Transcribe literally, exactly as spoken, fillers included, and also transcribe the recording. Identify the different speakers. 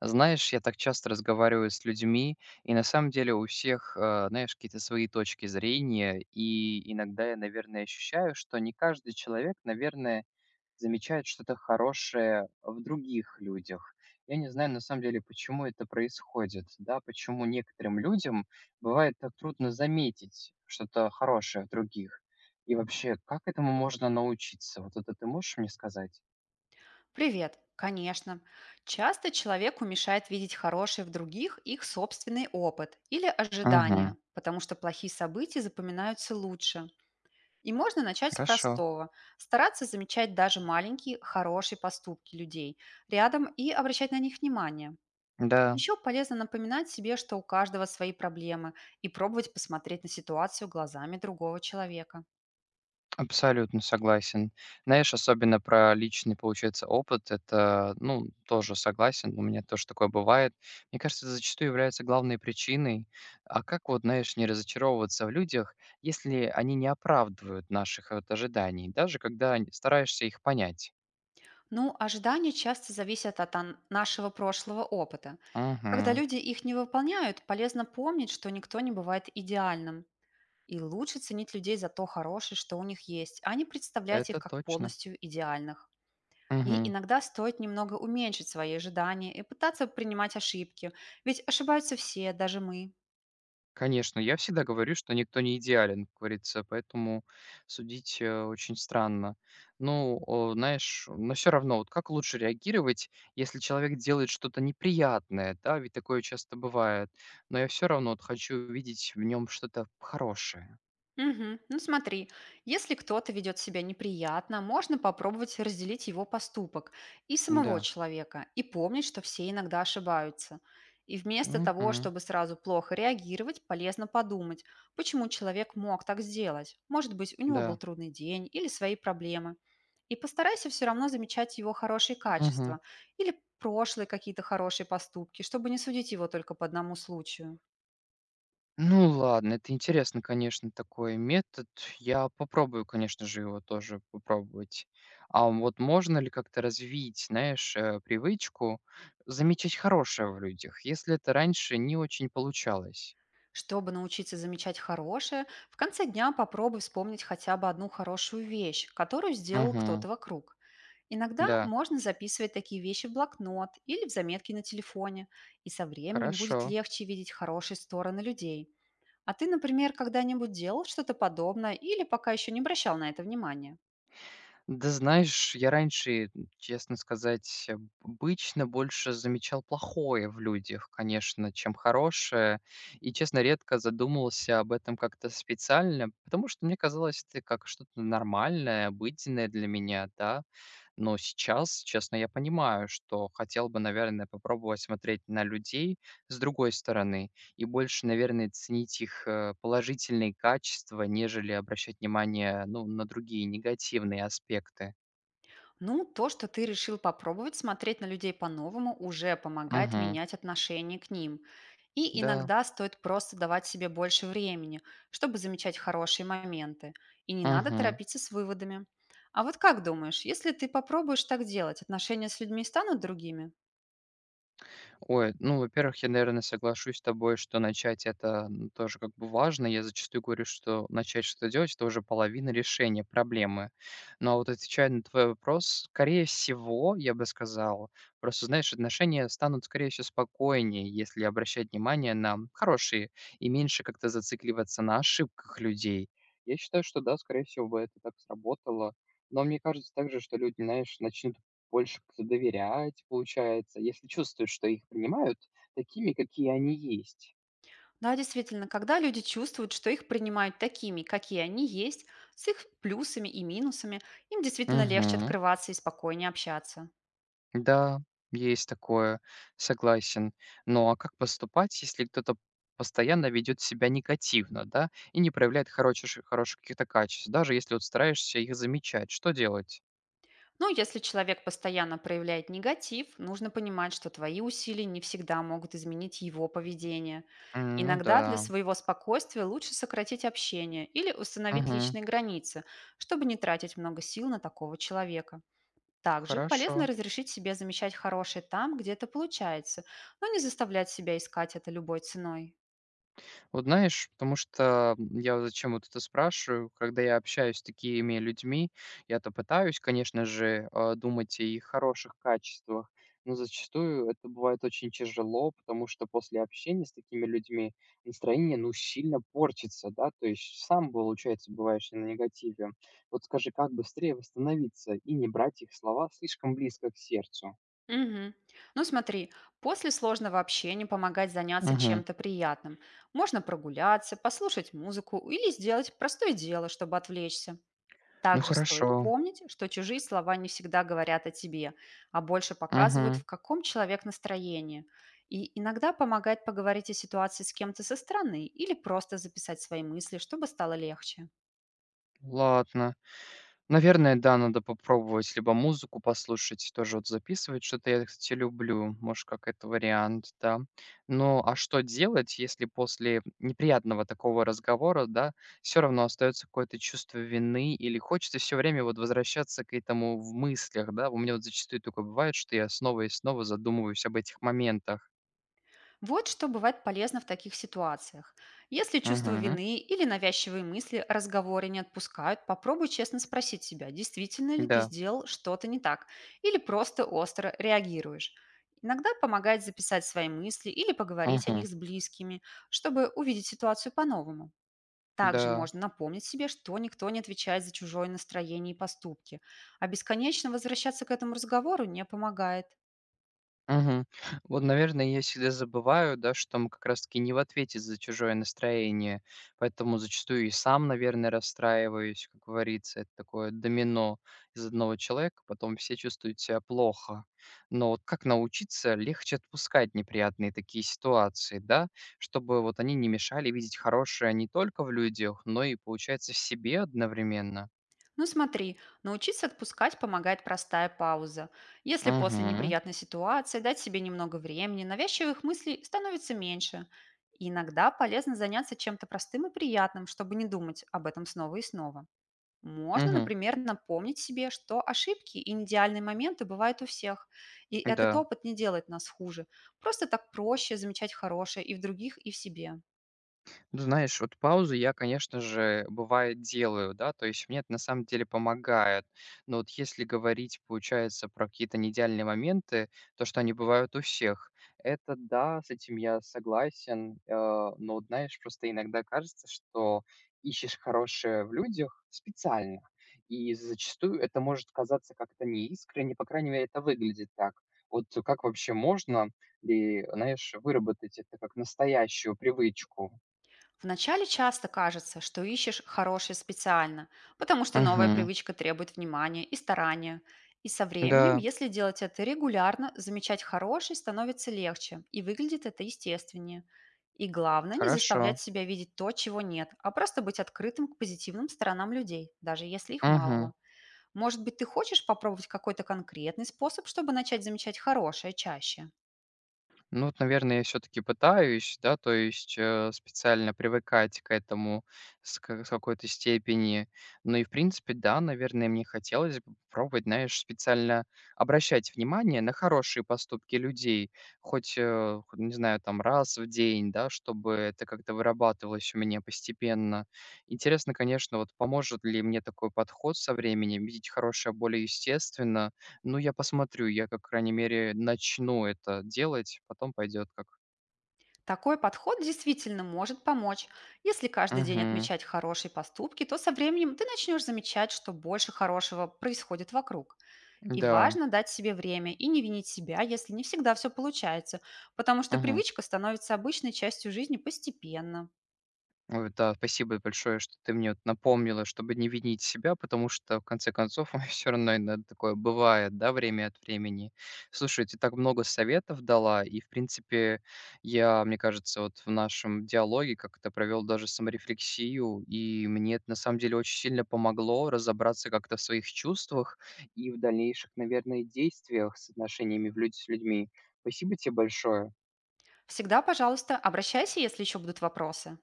Speaker 1: Знаешь, я так часто разговариваю с людьми, и на самом деле у всех, э, знаешь, какие-то свои точки зрения, и иногда я, наверное, ощущаю, что не каждый человек, наверное, замечает что-то хорошее в других людях. Я не знаю, на самом деле, почему это происходит, да, почему некоторым людям бывает так трудно заметить что-то хорошее в других. И вообще, как этому можно научиться? Вот это ты можешь мне сказать?
Speaker 2: Привет. Конечно. Часто человеку мешает видеть хороший в других их собственный опыт или
Speaker 1: Угу,
Speaker 2: ожидания, потому что плохие события запоминаются лучше. И можно начать с
Speaker 1: хорошо.
Speaker 2: простого. Стараться замечать даже маленькие хорошие поступки людей рядом и обращать на них внимание.
Speaker 1: Да.
Speaker 2: Еще полезно напоминать себе, что у каждого свои проблемы, и пробовать посмотреть на ситуацию глазами другого человека.
Speaker 1: Абсолютно согласен. Знаешь, особенно про личный, получается, опыт, это, ну, тоже согласен, у меня тоже такое бывает. Мне кажется, это зачастую является главной причиной. А как вот, знаешь, не разочаровываться в людях, если они не оправдывают наших вот ожиданий, даже когда н- стараешься их понять?
Speaker 2: Ну, ожидания часто зависят от ан- нашего прошлого опыта. Когда
Speaker 1: Угу,
Speaker 2: люди их не выполняют, полезно помнить, что никто не бывает идеальным. И лучше ценить людей за то хорошее, что у них есть, а не представлять их
Speaker 1: это
Speaker 2: как
Speaker 1: точно.
Speaker 2: полностью идеальных. И
Speaker 1: Мгм.
Speaker 2: иногда стоит немного уменьшить свои ожидания и пытаться принимать ошибки, ведь ошибаются все, даже мы.
Speaker 1: Конечно, я всегда говорю, что никто не идеален, как говорится, поэтому судить, э, очень странно. Ну, о, знаешь, но все равно, вот как лучше реагировать, если человек делает что-то неприятное, да, ведь такое часто бывает, но я все равно вот хочу увидеть в нем что-то хорошее.
Speaker 2: Мгм. Ну смотри, если кто-то ведет себя неприятно, можно попробовать разделить его поступок и самого
Speaker 1: Да.
Speaker 2: человека, и помнить, что все иногда ошибаются. И вместо того,
Speaker 1: Мгм.
Speaker 2: чтобы сразу плохо реагировать, полезно подумать, почему человек мог так сделать. Может быть, у него был
Speaker 1: Да.
Speaker 2: трудный день или свои проблемы. И постарайся все равно замечать его хорошие
Speaker 1: Мгм.
Speaker 2: качества или прошлые какие-то хорошие поступки, чтобы не судить его только по одному случаю.
Speaker 1: Ну ладно, это интересно, конечно, такой метод. Я попробую, конечно же, его тоже попробовать. А вот можно ли как-то развить, знаешь, э, привычку замечать хорошее в людях, если это раньше не очень получалось?
Speaker 2: Чтобы научиться замечать хорошее, в конце дня попробуй вспомнить хотя бы одну хорошую вещь, которую сделал
Speaker 1: Угу.
Speaker 2: кто-то вокруг. Иногда
Speaker 1: Да,
Speaker 2: можно записывать такие вещи в блокнот или в заметки на телефоне, и со временем будет
Speaker 1: хорошо.
Speaker 2: легче видеть хорошие стороны людей. А ты, например, когда-нибудь делал что-то подобное или пока еще не обращал на это внимания?
Speaker 1: Да знаешь, я раньше, честно сказать, э, обычно больше замечал плохое в людях, конечно, чем хорошее. И, честно, редко задумывался об этом как-то специально, потому что мне казалось, это как что-то нормальное, обыденное для меня, да. Но сейчас, честно, я понимаю, что хотел бы, наверное, попробовать смотреть на людей с другой стороны и больше, наверное, ценить их э, положительные качества, нежели обращать внимание, ну, на другие негативные аспекты.
Speaker 2: Ну, то, что ты решил попробовать смотреть на людей по-новому, уже помогает
Speaker 1: Мгм.
Speaker 2: менять отношение к ним. И
Speaker 1: Да.
Speaker 2: иногда стоит просто давать себе больше времени, чтобы замечать хорошие моменты. И не надо
Speaker 1: Мгм.
Speaker 2: торопиться с выводами. А вот как думаешь, если ты попробуешь так делать, отношения с людьми станут другими?
Speaker 1: Ой, ну, во-первых, я, наверное, соглашусь с тобой, что начать это, м, тоже как бы важно. Я зачастую говорю, что начать что-то делать- это уже половина решения проблемы. Но вот отвечая на твой вопрос, скорее всего, я бы сказал, просто, знаешь, отношения станут, скорее всего, спокойнее, если обращать внимание на хорошие и меньше как-то зацикливаться на ошибках людей. Я считаю, что да, скорее всего бы это так сработало. Но мне кажется также, что люди, знаешь, начнут больше как-то доверять, получается, если чувствуют, что их принимают такими, какие они есть.
Speaker 2: Да, действительно, когда люди чувствуют, что их принимают такими, какие они есть, с их плюсами и минусами, им действительно легче
Speaker 1: Угу.
Speaker 2: открываться и спокойнее общаться.
Speaker 1: Да, есть такое, согласен. Ну а как поступать, если кто-то постоянно ведет себя негативно, да, и не проявляет хороших, хороших каких-то качеств, даже если вот стараешься их замечать? Что делать?
Speaker 2: Ну, если человек постоянно проявляет негатив, нужно понимать, что твои усилия не всегда могут изменить его поведение.
Speaker 1: М, ну
Speaker 2: Иногда для
Speaker 1: да.
Speaker 2: своего спокойствия лучше сократить общение или установить
Speaker 1: Угу.
Speaker 2: личные границы, чтобы не тратить много сил на такого человека. Также
Speaker 1: Хорошо.
Speaker 2: полезно разрешить себе замечать хорошее там, где это получается, но не заставлять себя искать это любой ценой.
Speaker 1: Вот знаешь, потому что я вот зачем вот это спрашиваю, когда я общаюсь с такими людьми, я-то пытаюсь, конечно же, э, думать о их хороших качествах, но зачастую это бывает очень тяжело, потому что после общения с такими людьми настроение, ну, сильно портится, да, то есть сам, получается, бываешь на негативе. Вот скажи, как быстрее восстановиться и не брать их слова слишком близко к сердцу?
Speaker 2: Мгм. Ну смотри, после сложного общения помогать заняться
Speaker 1: Угу.
Speaker 2: чем-то приятным. Можно прогуляться, послушать музыку или сделать простое дело, чтобы отвлечься.
Speaker 1: Ну
Speaker 2: Также стоит
Speaker 1: хорошо.
Speaker 2: помнить, что чужие слова не всегда говорят о тебе, а больше показывают,
Speaker 1: Угу.
Speaker 2: в каком человек настроении. И иногда помогает поговорить о ситуации с кем-то со стороны или просто записать свои мысли, чтобы стало легче.
Speaker 1: Ладно. Наверное, да, надо попробовать либо музыку послушать, тоже вот записывать что-то. Я, кстати, люблю, может, как это вариант, да. Ну, а что делать, если после неприятного такого разговора, да, все равно остается какое-то чувство вины или хочется все время вот возвращаться к этому в мыслях, да? У меня вот зачастую такое бывает, что я снова и снова задумываюсь об этих моментах.
Speaker 2: Вот что бывает полезно в таких ситуациях. Если чувство
Speaker 1: Угу,
Speaker 2: вины или навязчивые мысли разговоры не отпускают, попробуй честно спросить себя, действительно ли ты
Speaker 1: да,
Speaker 2: сделал что-то не так, или просто остро реагируешь. Иногда помогает записать свои мысли или поговорить о них
Speaker 1: угу,
Speaker 2: с близкими, чтобы увидеть ситуацию по-новому. Также
Speaker 1: да.
Speaker 2: можно напомнить себе, что никто не отвечает за чужое настроение и поступки, а бесконечно возвращаться к этому разговору не помогает.
Speaker 1: Мгм. Вот, наверное, я всегда забываю, да, что мы как раз-таки не в ответе за чужое настроение, поэтому зачастую и сам, наверное, расстраиваюсь, как говорится, это такое домино из одного человека, потом все чувствуют себя плохо. Но вот как научиться легче отпускать неприятные такие ситуации, да, чтобы вот они не мешали видеть хорошее не только в людях, но и, получается, в себе одновременно?
Speaker 2: Ну смотри, научиться отпускать помогает простая пауза. Если после
Speaker 1: Угу.
Speaker 2: неприятной ситуации дать себе немного времени, навязчивых мыслей становится меньше. И иногда полезно заняться чем-то простым и приятным, чтобы не думать об этом снова и снова. Можно,
Speaker 1: Угу.
Speaker 2: например, напомнить себе, что ошибки и неидеальные моменты бывают у всех. И этот
Speaker 1: Да.
Speaker 2: опыт не делает нас хуже. Просто так проще замечать хорошее и в других, и в себе.
Speaker 1: Ну, знаешь, вот паузы я, конечно же, бывает делаю, да, то есть мне это на самом деле помогает. Но вот если говорить, получается, про какие-то неидеальные моменты, то, что они бывают у всех, это да, с этим я согласен. э, Но, вот знаешь, просто иногда кажется, что ищешь хорошее в людях специально. И зачастую это может казаться как-то неискренне, по крайней мере, это выглядит так. Вот как вообще можно, ли, знаешь, выработать это как настоящую привычку?
Speaker 2: Вначале часто кажется, что ищешь хорошее специально, потому что новая
Speaker 1: Мгм.
Speaker 2: привычка требует внимания и старания. И со временем,
Speaker 1: Да,
Speaker 2: если делать это регулярно, замечать хорошее становится легче, и выглядит это естественнее. И главное, не
Speaker 1: хорошо.
Speaker 2: заставлять себя видеть то, чего нет, а просто быть открытым к позитивным сторонам людей, даже если их
Speaker 1: Мгм.
Speaker 2: мало. Может быть, ты хочешь попробовать какой-то конкретный способ, чтобы начать замечать хорошее чаще?
Speaker 1: Ну вот, наверное, я все таки пытаюсь, да, то есть, э, специально привыкать к этому с ка с какой-то степени. Ну и, в принципе, да, наверное, мне хотелось бы попробовать, знаешь, специально обращать внимание на хорошие поступки людей, хоть, э, хоть, не знаю, там раз в день, да, чтобы это как-то вырабатывалось у меня постепенно. Интересно, конечно, вот поможет ли мне такой подход со временем видеть хорошее более естественно. Ну, я посмотрю, я, как крайней мере, начну это делать, потом пойдет как.
Speaker 2: Такой подход действительно может помочь. Если каждый день
Speaker 1: Угу.
Speaker 2: отмечать хорошие поступки, то со временем ты начнешь замечать, что больше хорошего происходит вокруг. И
Speaker 1: Да.
Speaker 2: важно дать себе время и не винить себя, если не всегда все получается, потому что
Speaker 1: Мгм.
Speaker 2: привычка становится обычной частью жизни постепенно.
Speaker 1: Ой, да, спасибо большое, что ты мне вот напомнила, чтобы не винить себя, потому что, в конце концов, все равно иногда такое бывает, да, время от времени. Слушай, ты так много советов дала, и, в принципе, я, мне кажется, вот в нашем диалоге как-то провел даже саморефлексию, и мне это, на самом деле, очень сильно помогло разобраться как-то в своих чувствах и в дальнейших, наверное, действиях с отношениями в люд- с людьми. Спасибо тебе большое.
Speaker 2: Всегда, пожалуйста, обращайся, если еще будут вопросы.